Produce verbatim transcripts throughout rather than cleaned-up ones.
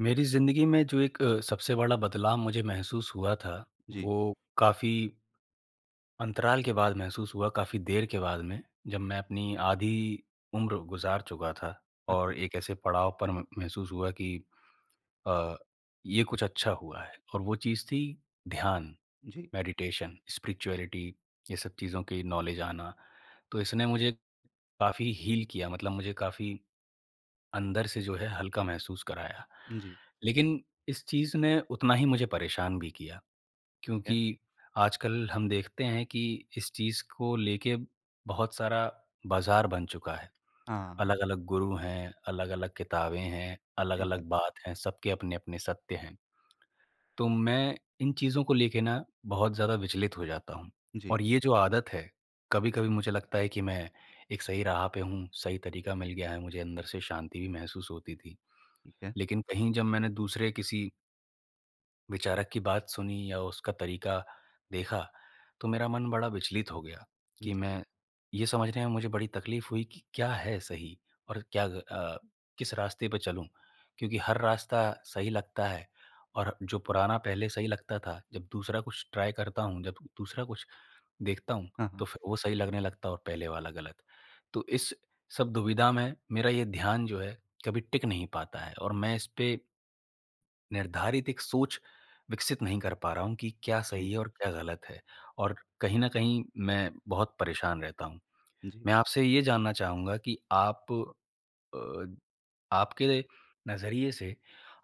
मेरी ज़िंदगी में जो एक अ, सबसे बड़ा बदलाव मुझे महसूस हुआ था, जी, वो काफ़ी अंतराल के बाद महसूस हुआ, काफ़ी देर के बाद में, जब मैं अपनी आधी उम्र गुज़ार चुका था अच्छ और एक ऐसे पड़ाव पर म महसूस हुआ कि अ, ये कुछ अच्छा हुआ है और वो चीज़ थी ध्यान, जी, मेडिटेशन, स्पिरिचुअलिटी, ये सब चीज़ों की नॉलेज आना। तो इसने मुझे काफ़ी हील किया मतलब मुझे काफ़ी अंदर से जो है हल्का महसूस कराया। जी, लेकिन इस चीज़ ने उतना ही मुझे परेशान भी किया ठीक है। क्योंकि आजकल हम देखते हैं कि इस चीज़ को लेके बहुत सारा बाज़ार बन चुका है। हाँ, अलग-अलग गुरु हैं, अलग-अलग किताबें हैं, सही बात। अलग-अलग बात हैं, सबके अपने-अपने सत्य हैं। तो मैं इन चीज़ों को लेके ना बहुत ज़्यादा विचलित हो जाता हूँ जी, और ये जो आदत है, कभी-कभी मुझे लगता है कि मैं एक सही राह पे हूँ, सही तरीका मिल गया है, मुझे अंदर से शांति भी महसूस होती थी। ठीक है। लेकिन कहीं जब मैंने दूसरे किसी विचारक की बात सुनी या उसका तरीका देखा, तो मेरा मन बड़ा विचलित हो गया जी, कि मैं ये समझने में मुझे बड़ी तकलीफ़ हुई कि क्या है सही और क्या ग अ, किस रास्ते पे चलूँ? क्योंकि हर रास्ता सही लगता है और जो पुराना पहले सही लगता था, जब दूसरा कुछ ट्राई करता हूँ, जब दूसरा कुछ देखता हूँ, हाँ, तो हाँ। फिर वो सही लगने लगता है और पहले वाला गलत। तो इस सब दुविधा में मेरा ये ध्यान जो है, कभी टिक नहीं पाता है और मैं इस पे निर्धारित एक सोच विकसित नहीं कर पा रहा हूँ कि क्या जी, सही है और क्या गलत है और कहीं न कहीं मैं बहुत परेशान रहता हूँ। जी, मैं आपसे ये जानना चाहूँगा कि आप अ, आपके नज़रिए से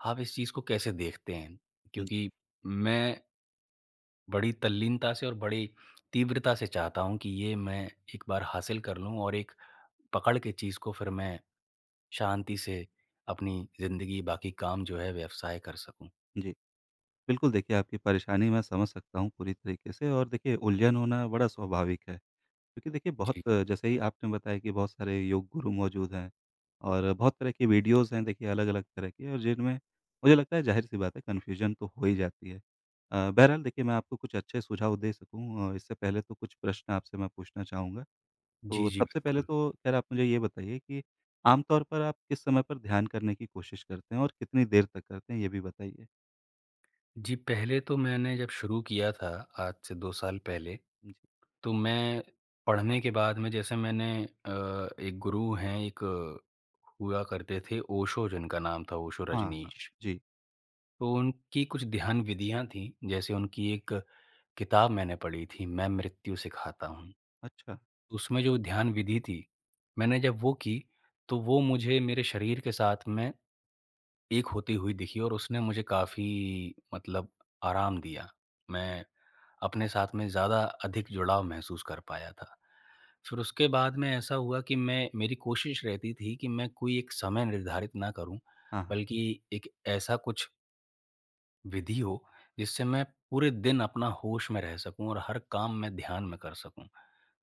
आप इस चीज़ को कैसे देखते हैं? हुँ, क्योंकि मैं बड़ी तल्लीनता से और बड़ी तीव्रता से चाहता हूँ कि ये मैं एक बार हासिल कर लूँ और एक पकड़ के चीज़ को फिर मैं शांति से अपनी ज़िंदगी, बाकी काम जो है व्यवसाय कर सकूँ। जी। बिल्कुल, देखिए आपकी परेशानी मैं समझ सकता हूँ पूरी तरीके से और देखिए उलझन होना बड़ा स्वाभाविक है क्योंकि देखिए बहुत जी। अ, जैसे ही आपने बताया कि बहुत सारे योग गुरु मौजूद हैं और बहुत तरह की वीडियोज़ हैं देखिए अलग-अलग तरह की और जिनमें मुझे लगता है ज़ाहिर-सी बात है कन्फ्यूज़न तो हो ही जाती है। अ, बहरहाल देखिए मैं आपको कुछ अच्छे सुझाव दे सकूँ अ, इससे पहले तो कुछ प्रश्न आपसे मैं पूछना चाहूँगा। जी, तो जी, सबसे पहले बिल्कुल। तो ख़ैर आप मुझे ये बताइए कि आम तौर पर आप किस समय पर ध्यान करने की कोशिश करते हैं और कितनी देर तक करते हैं, ये भी बताइए? जी, पहले तो मैंने जब शुरू किया था आज से दो साल पहले, जी। तो मैं पढ़ने के बाद में जैसे मैंने अ, एक गुरु हैं एक अ, हुआ करते थे ओशो जिनका नाम था ओशो हाँ, हाँ। रजनीश। जी। तो उनकी कुछ ध्यान विधियाँ थी, जैसे उनकी एक किताब मैंने पढ़ी थी मैं मृत्यु सिखाता हूँ। अच्छा। उसमें जो ध्यान विधि थी, मैंने जब वो की, तो वो मुझे मेरे शरीर के साथ में एक होती हुई दिखी और उसने मुझे काफ़ी मतलब आराम दिया। मैं अपने साथ में ज़्यादा अधिक जुड़ाव महसूस कर पाया था। फिर उसके बाद में ऐसा हुआ कि मैं मेरी कोशिश रहती थी कि मैं कोई एक समय निर्धारित ना करूँ, हाँ, हाँ। बल्कि एक ऐसा कुछ विधि हो, जिससे मैं पूरे दिन अपना होश में रह सकूँ और हर काम मैं ध्यान में कर सकूँ।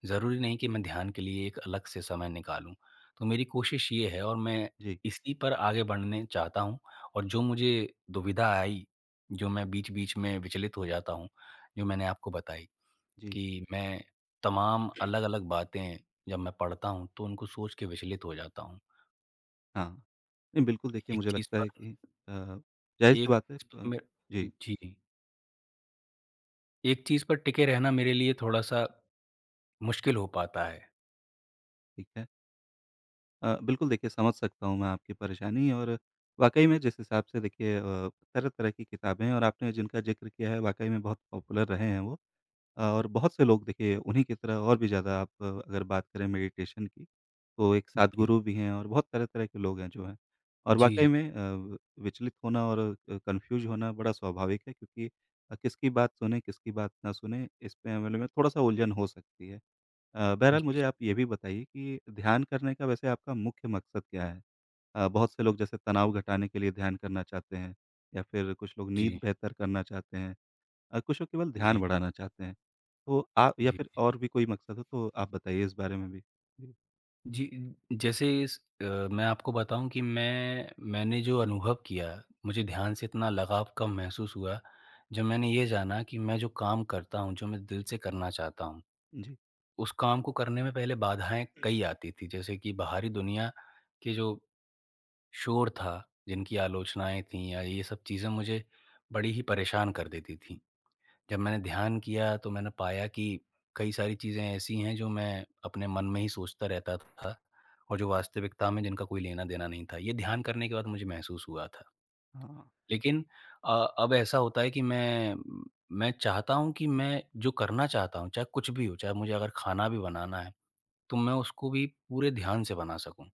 ज़रूरी नहीं कि मैं ध्यान के लिए एक अलग से समय निकालूँ। तो मेरी कोशिश ये है और मैं जी, इसी पर आगे बढ़ने चाहता हूँ और जो मुझे दुविधा आई, जो मैं बीच-बीच में विचलित हो जाता हूँ, जो मैंने आपको बताई जी। कि मैं तमाम अलग-अलग बातें जब मैं पढ़ता हूँ, तो उनको सोच के विचलित हो जाता हूँ। हाँ। नहीं, बिल्कुल देखिए एक मुझे चीज़ लगता पर है कि अ, ज़ाहिर-सी एक बात है चीज़ अ, पर मैं जी, जी, एक चीज़ पर टिके रहना मेरे लिए थोड़ा-सा मुश्किल हो पाता है। ठीक है। अ, बिल्कुल देखिए समझ सकता हूँ मैं आपकी परेशानी और वाक़ई में जिस हिसाब से देखिए अ, तरह-तरह की किताबें हैं और आपने जिनका ज़िक्र किया है वाक़ई में बहुत पॉपुलर रहे हैं वो। और बहुत से लोग देखिए उन्हीं की तरह और भी ज़्यादा आप अगर बात करें मेडिटेशन की, तो एक जी। सद्गुरु भी हैं और बहुत तरह-तरह के लोग हैं जो हैं। और वाक़ई जी, में अ, विचलित होना और अ, कन्फ्यूज़ होना बड़ा स्वाभाविक है क्योंकि अ, किसकी बात सुने, किसकी बात ना सुने, इसमें हमारे में थोड़ा-सा उलझन हो सकती है। अ, बहरहाल जी, मुझे आप ये भी बताइए कि ध्यान करने का वैसे आपका मुख्य मकसद क्या है? अ, बहुत से लोग जैसे तनाव घटाने के लिए ध्यान करना चाहते हैं या फिर कुछ लोग जी, नींद जी, बेहतर करना चाहते हैं। अ, कुछ लोग केवल ध्यान जी, बढ़ाना चाहते हैं। तो आ या जी। फिर और भी कोई मकसद हो तो आप बताइए इस बारे में भी? जी, जी, जैसे इस अ, मैं आपको बताऊँ कि मैं मैंने जो अनुभव किया, मुझे ध्यान से इतना लगाव कम महसूस हुआ, जब मैंने ये जाना कि मैं जो काम करता हूँ, जो मैं दिल से करना चाहता हूँ, जी। उस काम को करने में पहले बाधाएँ कई आती थी। जैसे कि बाहरी दुनिया के जो शोर था, जिनकी आलोचनाएँ थीं या ये सब चीज़ें मुझे बड़ी ही परेशान कर देती थीं। जब मैंने ध्यान किया तो मैंने पाया कि कई सारी चीज़ें ऐसी हैं जो मैं अपने मन में ही सोचता रहता था और जो वास्तविकता में जिनका कोई लेना-देना नहीं था। ये ध्यान करने के बाद मुझे महसूस हुआ था। हाँ। लेकिन अ, अब ऐसा होता है कि मैं मैं चाहता हूँ कि मैं जो करना चाहता हूँ, चाहे कुछ भी हो, चाहे मुझे अगर खाना भी बनाना है, तो मैं उसको भी पूरे ध्यान से बना सकूँ।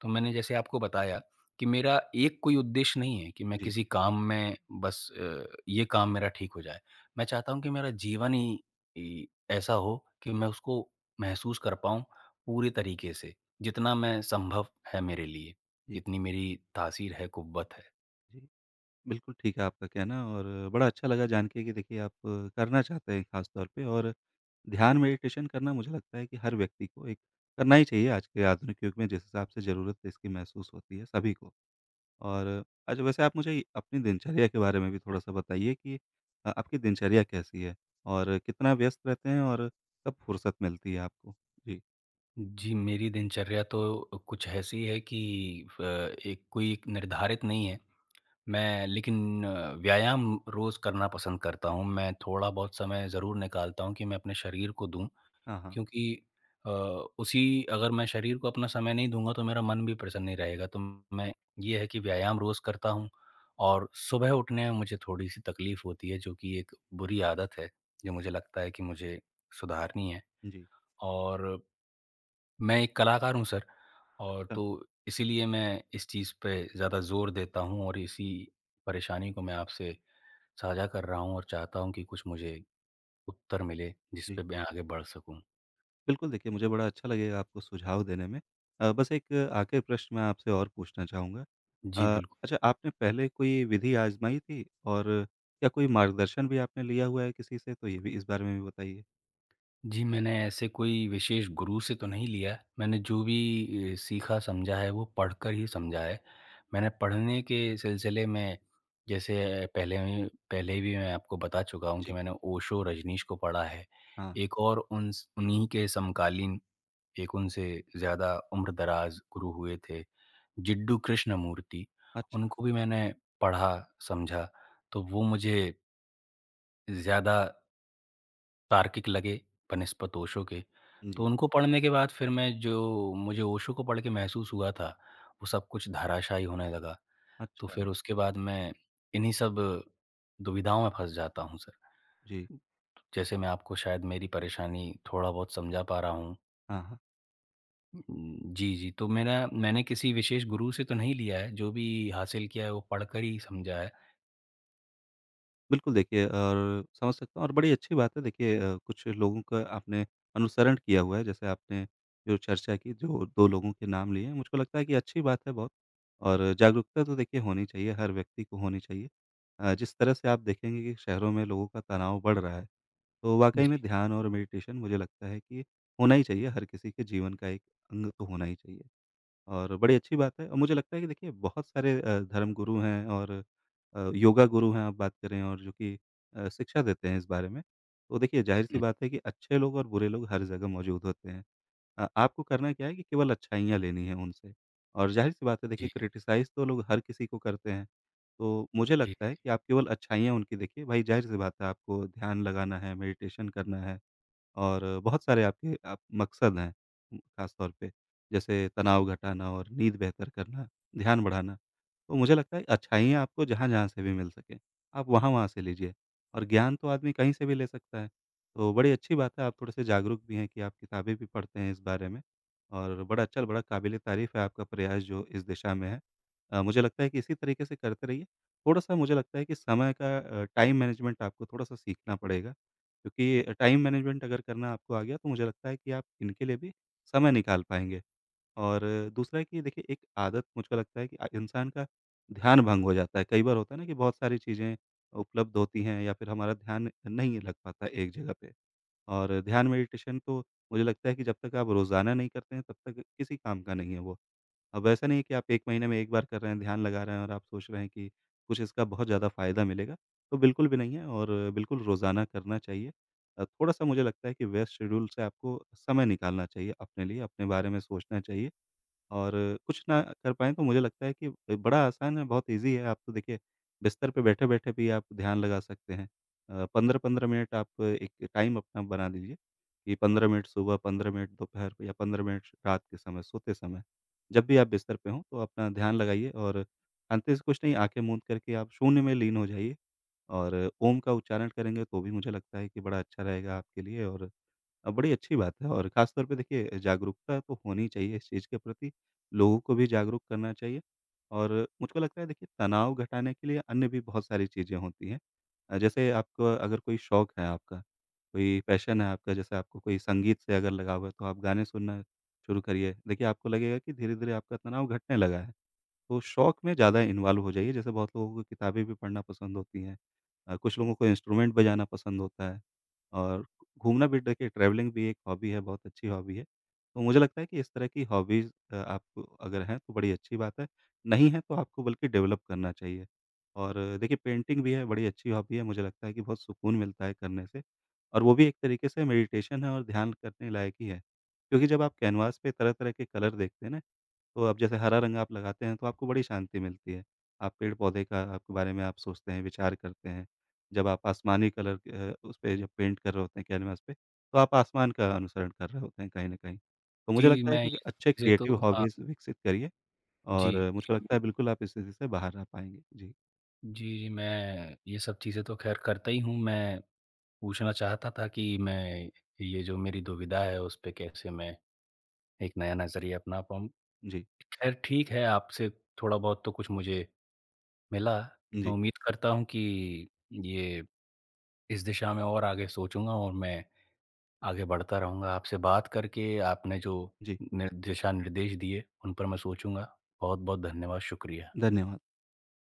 तो मैंने जैसे आपको बताया कि मेरा एक कोई उद्देश्य नहीं है कि मैं जी, किसी काम में बस अ, ये काम मेरा ठीक हो जाए। मैं चाहता हूँ कि मेरा जीवन ही इ ऐसा हो कि मैं उसको महसूस कर पाऊँ पूरे तरीके से, जितना मैं संभव है मेरे लिए, जी, जितनी मेरी तासीर है, कुव्वत है। जी। बिल्कुल ठीक है आपका कहना और बड़ा अच्छा लगा जान के कि देखिए आप करना चाहते हैं ख़ास तौर पे और ध्यान मेडिटेशन करना मुझे लगता है कि हर व्यक्ति को एक करना ही चाहिए आज के आधुनिक युग में जिस हिसाब से ज़रूरत इसकी महसूस होती है सभी को। और अच्छा वैसे आप मुझे अपनी दिनचर्या के बारे में भी थोड़ा-सा बताइए कि अ, आपकी दिनचर्या कैसी है? और कितना व्यस्त रहते हैं और कब फुर्सत मिलती है आपको? जी। जी, मेरी दिनचर्या तो कुछ ऐसी है कि फ एक कोई एक निर्धारित नहीं है। मैं लेकिन अ, व्यायाम रोज़ करना पसंद करता हूँ। मैं थोड़ा बहुत समय ज़रूर निकालता हूँ कि मैं अपने शरीर को दूँ हाँ, हाँ। क्योंकि अ, उसी अगर मैं शरीर को अपना समय नहीं दूँगा तो मेरा मन भी प्रसन्न नहीं रहेगा। तो मैं ये है कि व्यायाम रोज़ करता हूँ और सुबह उठने में मुझे थोड़ी-सी तकलीफ़ होती है जो कि एक बुरी आदत है, जो मुझे लगता है कि मुझे सुधारनी है जी। और मैं एक कलाकार हूँ सर और अच्छा, तो इसीलिए मैं इस चीज़ पे ज़्यादा ज़ोर देता हूँ और इसी परेशानी को मैं आपसे साझा कर रहा हूँ और चाहता हूँ कि कुछ मुझे उत्तर मिले जिस जी। पे मैं आगे बढ़ सकूँ। बिल्कुल देखिए मुझे बड़ा अच्छा लगेगा आपको सुझाव देने में। अ, बस एक आखिरी प्रश्न मैं आपसे और पूछना चाहूँगा। जी, अ, बिल्कुल। अच्छा आपने पहले कोई विधि आज़माई थी? और क्या कोई मार्गदर्शन भी आपने लिया हुआ है किसी से? तो ये भी इस बारे में भी बताइए। जी, मैंने ऐसे कोई विशेष गुरु से तो नहीं लिया। मैंने जो भी अ, सीखा समझा है वो पढ़कर ही समझा है। मैंने पढ़ने के सिलसिले में जैसे पहले में पहले भी मैं आपको बता चुका हूँ कि जी। मैंने ओशो, रजनीश को पढ़ा है। हाँ। एक और उनस उन्हीं के समकालीन एक उनसे ज़्यादा उम्रदराज़ गुरु हुए थे जिड्डू कृष्णमूर्ति। अच्छा। उनको भी मैंने पढ़ा, समझा तो वो मुझे ज़्यादा तार्किक लगे बनिस्बत ओशो के। तो जी। उनको पढ़ने के बाद फिर मैं जो मुझे ओशो को पढ़ के महसूस हुआ था, वो सब कुछ धाराशायी होने लगा। तो अच्छा। फिर उसके बाद मैं इन्हीं सब दुविधाओं में फँस जाता हूँ सर। जी। जैसे मैं आपको शायद मेरी परेशानी थोड़ा बहुत समझा पा रहा हूँ। हाँ, हाँ। उम, जी, जी। तो मेरा मैंने किसी विशेष गुरु से तो नहीं लिया है, जो भी हासिल किया है वो पढ़कर ही समझा है। बिल्कुल देखिए और समझ सकता हूँ और बड़ी अच्छी बात है देखिए अ, कुछ लोगों का आपने अनुसरण किया हुआ है जैसे आपने जो चर्चा की जो दो लोगों के नाम लिए हैं, मुझको लगता है कि अच्छी बात है बहुत और जागरूकता तो देखिए होनी चाहिए हर व्यक्ति को होनी चाहिए। अ, जिस तरह से आप देखेंगे कि शहरों में लोगों का तनाव बढ़ रहा है, तो वाक़ई में जी, ध्यान और मेडिटेशन मुझे लगता है कि होना ही चाहिए हर किसी के जीवन का एक अंग तो होना ही चाहिए। और बड़ी अच्छी बात है और मुझे लगता है कि देखिए बहुत सारे अ, धर्म गुरु हैं और अ, योगा गुरु हैं आप बात करें और जो कि अ, शिक्षा देते हैं इस बारे में। तो देखिए ज़ाहिर-सी हुँ। बात है कि अच्छे लोग और बुरे लोग हर जगह मौजूद होते हैं। अ, आपको करना क्या है कि केवल अच्छाइयाँ लेनी है उनसे और ज़ाहिर-सी बात है देखिए जी, क्रिटिसाइज़ तो लोग हर किसी को करते हैं। तो मुझे जी। लगता है कि आप केवल अच्छाइयाँ उनकी देखिए, भाई ज़ाहिर-सी बात है आपको ध्यान लगाना है, मेडिटेशन करना है और बहुत सारे आपके आप मकसद हैं उम, ख़ास तौर पे, जैसे तनाव घटाना और नींद बेहतर करना, ध्यान बढ़ाना। तो मुझे लगता है अच्छाइयाँ आपको जहाँ-जहाँ से भी मिल सकें, आप वहाँ-वहाँ से लीजिए और ज्ञान तो आदमी कहीं से भी ले सकता है। तो बड़ी अच्छी बात है आप थोड़े-से जागरूक भी हैं कि आप किताबें भी पढ़ते हैं इस बारे में और बड़ा अच्छा, बड़ा काबिल-ए-तारीफ़ है आपका प्रयास जो इस दिशा में है। अ, मुझे लगता है कि इसी तरीके से करते रहिए। थोड़ा-सा मुझे लगता है कि समय का अ, टाइम मैनेजमेंट आपको थोड़ा-सा सीखना पड़ेगा। क्योंकि टाइम मैनेजमेंट अगर करना आपको आ गया तो मुझे लगता है कि आप इनके लिए भी समय निकाल पाएँगे। और दूसरा है कि देखिए एक आदत मुझको लगता है कि अ, इंसान का ध्यान भंग हो जाता है। कई बार होता है ना कि बहुत सारी चीज़ें उपलब्ध होती हैं या फिर हमारा ध्यान नहीं लग पाता एक जगह पे। और ध्यान मेडिटेशन तो मुझे लगता है कि जब तक आप रोज़ाना नहीं करते हैं तब तक किसी काम का नहीं है वो। अब ऐसा नहीं है कि आप एक महीने में एक बार कर रहे हैं, ध्यान लगा रहे हैं और आप सोच रहे हैं कि कुछ इसका बहुत ज़्यादा फ़ायदा मिलेगा, तो बिल्कुल भी नहीं है और बिल्कुल रोज़ाना करना चाहिए। अ, थोड़ा-सा मुझे लगता है कि व्यस्त शेड्यूल से आपको समय निकालना चाहिए अपने लिए, अपने बारे में सोचना चाहिए और कुछ ना कर पाएँ तो मुझे लगता है कि अ, बड़ा आसान है, बहुत ईज़ी है। आप तो देखिए बिस्तर पे बैठे-बैठे भी आप ध्यान लगा सकते हैं। अ, पंद्रह पंद्रह मिनट आप एक टाइम अपना बना लीजिए कि पंद्रह मिनट सुबह, पंद्रह मिनट दोपहर को या पंद्रह मिनट रात के समय, सोते समय। जब भी आप बिस्तर पे हों तो अपना ध्यान लगाइए और अंत से कुछ नहीं, आँखें मूंद करके आप शून्य में लीन हो जाइए और ओम का उच्चारण करेंगे तो भी मुझे लगता है कि बड़ा अच्छा रहेगा आपके लिए और अ, बड़ी अच्छी बात है और ख़ास तौर पे देखिए जागरूकता तो होनी चाहिए इस चीज़ के प्रति, लोगों को भी जागरूक करना चाहिए और मुझको लगता है देखिए तनाव घटाने के लिए अन्य भी बहुत सारी चीज़ें होती हैं। अ, जैसे आपको अगर कोई शौक है आपका, कोई पैशन है आपका, जैसे आपको कोई संगीत से अगर लगाव है तो आप गाने सुनना शुरू करिए। देखिए आपको लगेगा कि धीरे-धीरे आपका तनाव घटने लगा है। तो शौक में ज़्यादा इन्वॉल्व हो जाइए, जैसे बहुत लोगों को किताबें भी पढ़ना पसंद होती हैं। अ, कुछ लोगों को इंस्ट्रूमेंट बजाना पसंद होता है और घूमना भी देखिए ट्रैवलिंग भी एक हॉबी है, बहुत अच्छी हॉबी है। तो मुझे लगता है कि इस तरह की हॉबीज़ अ, आपको अगर हैं तो बड़ी अच्छी बात है, नहीं है तो आपको बल्कि डेवलप करना चाहिए। और देखिए पेंटिंग भी है, बड़ी अच्छी हॉबी है, मुझे लगता है कि बहुत सुकून मिलता है करने से और वो भी एक तरीके से मेडिटेशन है और ध्यान करने लायक ही है। क्योंकि जब आप कैनवास पे तरह-तरह के कलर देखते हैं ना तो अब जैसे हरा रंग आप लगाते हैं तो आपको बड़ी शांति मिलती है। आप पेड़-पौधे का आपके बारे में आप सोचते हैं, विचार करते हैं। जब आप आसमानी कलर के, अ, उसपे जब पेंट कर रहे होते हैं कैनवास पे, तो आप आसमान का अनुसरण कर रहे होते हैं कहीं न कहीं। तो मुझे जी, लगता है मैं ये कि सब अच्छे चीज़ें तो क्रिएटिव हाँ, हॉबीज़ विकसित करिए जी, और मुझको लगता जी। है बिल्कुल आप इस स्थिति से बाहर आ पाएँगे। जी, जी, जी, मैं ये सब चीज़ें तो ख़ैर करता ही हूँ। मैं पूछना चाहता था कि मैं ये जो मेरी दुविधा है, उस पे कैसे मैं एक नया नज़रिया अपना पाऊँ? जी, ख़ैर ठीक है, आपसे थोड़ा बहुत तो कुछ मुझे मिला। मैं जी, उम्मीद करता हूँ कि ये इस दिशा में और आगे सोचूँगा और मैं आगे बढ़ता रहूँगा। आपसे बात करके आपने जो जी। निर दिशा निर्देश दिए, उन पर मैं सोचूँगा। बहुत-बहुत धन्यवाद, शुक्रिया। धन्यवाद।